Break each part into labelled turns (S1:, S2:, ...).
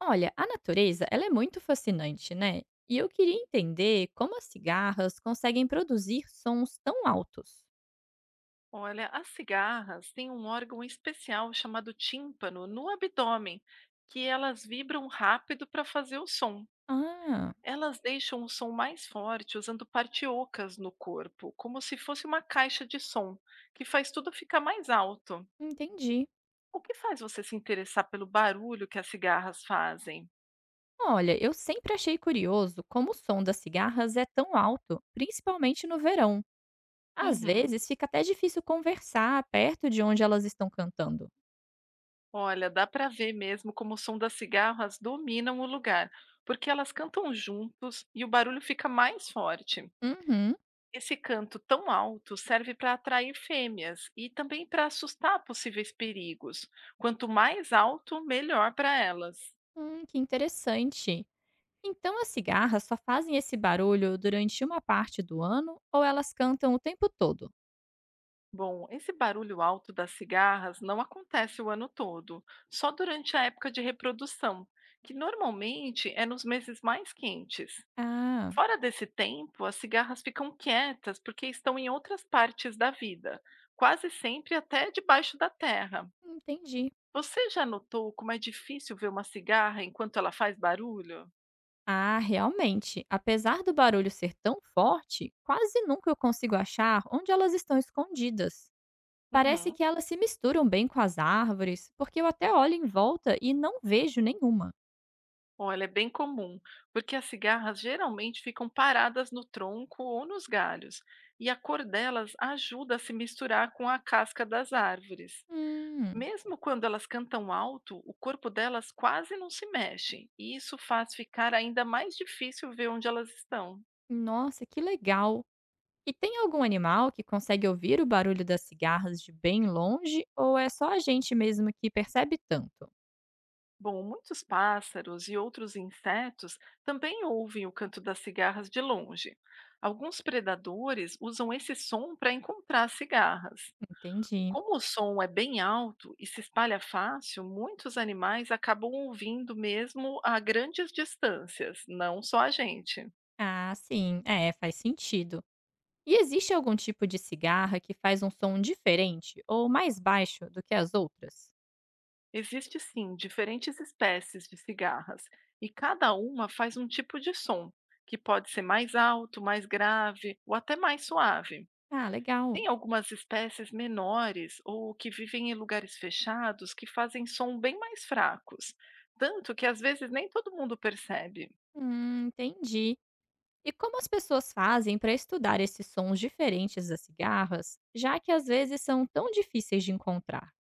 S1: Olha, a natureza, ela é muito fascinante, né? E eu queria entender como as cigarras conseguem produzir sons tão altos.
S2: Olha, as cigarras têm um órgão especial chamado tímpano no abdômen, que elas vibram rápido para fazer o som.
S1: Ah,
S2: Elas deixam o som mais forte usando partiocas no corpo, como se fosse uma caixa de som, que faz tudo ficar mais alto.
S1: entendi.
S2: O que faz você se interessar pelo barulho que as cigarras fazem?
S1: Olha, eu sempre achei curioso como o som das cigarras é tão alto, principalmente no verão. Às
S2: Uhum.
S1: vezes fica até difícil conversar perto de onde elas estão cantando.
S2: Olha, dá para ver mesmo como o som das cigarras dominam o lugar, porque elas cantam juntos e o barulho fica mais forte.
S1: Uhum,
S2: Esse canto tão alto serve para atrair fêmeas e também para assustar possíveis perigos. Quanto mais alto, melhor para elas.
S1: que interessante. Então as cigarras só fazem esse barulho durante uma parte do ano ou elas cantam o tempo todo?
S2: Bom, esse barulho alto das cigarras não acontece o ano todo, só durante a época de reprodução, que normalmente é nos meses mais quentes.
S1: Ah,
S2: Fora desse tempo, as cigarras ficam quietas porque estão em outras partes da vida, quase sempre até debaixo da terra.
S1: entendi.
S2: Você já notou como é difícil ver uma cigarra enquanto ela faz barulho?
S1: Ah, realmente. Apesar do barulho ser tão forte, quase nunca eu consigo achar onde elas estão escondidas. Parece
S2: Uhum.
S1: que elas se misturam bem com as árvores, porque eu até olho em volta e não vejo nenhuma.
S2: Olha, é bem comum, porque as cigarras geralmente ficam paradas no tronco ou nos galhos, e a cor delas ajuda a se misturar com a casca das árvores.
S1: Hum,
S2: Mesmo quando elas cantam alto, o corpo delas quase não se mexe, e isso faz ficar ainda mais difícil ver onde elas estão.
S1: nossa, que legal. E tem algum animal que consegue ouvir o barulho das cigarras de bem longe, ou é só a gente mesmo que percebe tanto?
S2: Bom, muitos pássaros e outros insetos também ouvem o canto das cigarras de longe. Alguns predadores usam esse som para encontrar cigarras.
S1: Entendi.
S2: Como o som é bem alto e se espalha fácil, muitos animais acabam ouvindo mesmo a grandes distâncias, não só a gente.
S1: Ah, sim, é, faz sentido. E existe algum tipo de cigarra que faz um som diferente ou mais baixo do que as outras?
S2: Existem sim diferentes espécies de cigarras e cada uma faz um tipo de som, que pode ser mais alto, mais grave ou até mais suave.
S1: Ah, legal.
S2: Tem algumas espécies menores ou que vivem em lugares fechados que fazem som bem mais fracos, tanto que às vezes nem todo mundo percebe.
S1: Entendi. E como as pessoas fazem para estudar esses sons diferentes das cigarras, já que às vezes são tão difíceis de encontrar?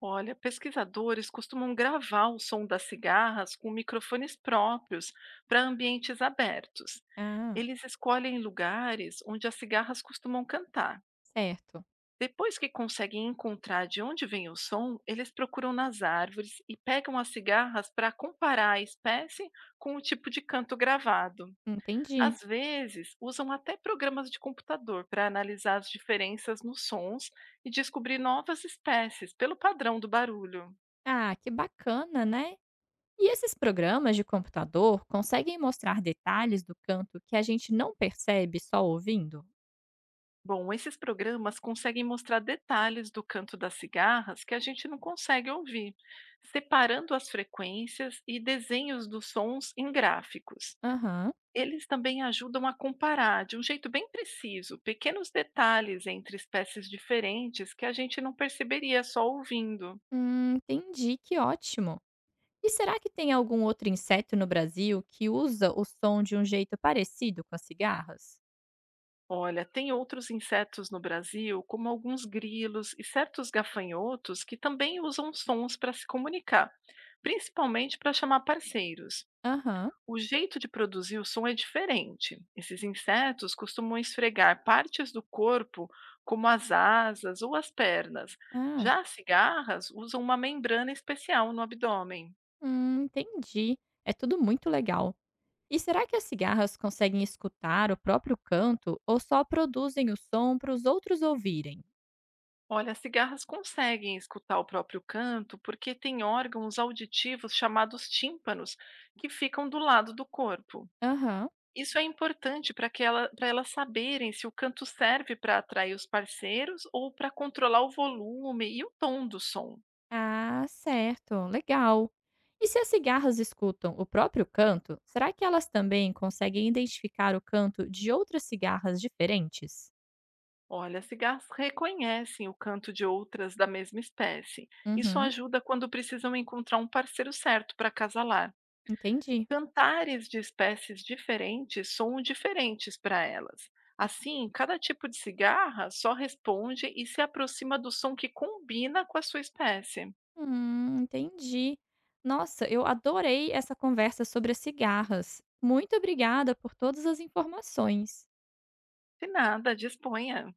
S2: Olha, pesquisadores costumam gravar o som das cigarras com microfones próprios para ambientes abertos.
S1: Ah,
S2: Eles escolhem lugares onde as cigarras costumam cantar.
S1: certo.
S2: Depois que conseguem encontrar de onde vem o som, eles procuram nas árvores e pegam as cigarras para comparar a espécie com o tipo de canto gravado.
S1: Entendi.
S2: Às vezes, usam até programas de computador para analisar as diferenças nos sons e descobrir novas espécies pelo padrão do barulho.
S1: Ah, que bacana, né? E esses programas de computador conseguem mostrar detalhes do canto que a gente não percebe só ouvindo?
S2: Bom, esses programas conseguem mostrar detalhes do canto das cigarras que a gente não consegue ouvir, separando as frequências e desenhos dos sons em gráficos.
S1: Aham.
S2: Eles também ajudam a comparar, de um jeito bem preciso, pequenos detalhes entre espécies diferentes que a gente não perceberia só ouvindo.
S1: Entendi. Que ótimo. E será que tem algum outro inseto no Brasil que usa o som de um jeito parecido com as cigarras?
S2: Olha, tem outros insetos no Brasil, como alguns grilos e certos gafanhotos, que também usam sons para se comunicar, principalmente para chamar parceiros.
S1: Aham.
S2: O jeito de produzir o som é diferente. Esses insetos costumam esfregar partes do corpo, como as asas ou as pernas.
S1: Ah,
S2: Já as cigarras usam uma membrana especial no abdômen.
S1: entendi. É tudo muito legal. E será que as cigarras conseguem escutar o próprio canto ou só produzem o som para os outros ouvirem?
S2: Olha, as cigarras conseguem escutar o próprio canto porque têm órgãos auditivos chamados tímpanos que ficam do lado do corpo.
S1: Aham.
S2: Isso é importante para elas saberem se o canto serve para atrair os parceiros ou para controlar o volume e o tom do som.
S1: Ah, certo. Legal. E se as cigarras escutam o próprio canto, será que elas também conseguem identificar o canto de outras cigarras diferentes?
S2: Olha, as cigarras reconhecem o canto de outras da mesma espécie. Isso
S1: Uhum,
S2: ajuda quando precisam encontrar um parceiro certo para acasalar.
S1: entendi.
S2: Cantares de espécies diferentes soam diferentes para elas. Assim, cada tipo de cigarra só responde e se aproxima do som que combina com a sua espécie.
S1: Entendi. Nossa, eu adorei essa conversa sobre as cigarras. Muito obrigada por todas as informações.
S2: De nada, disponha.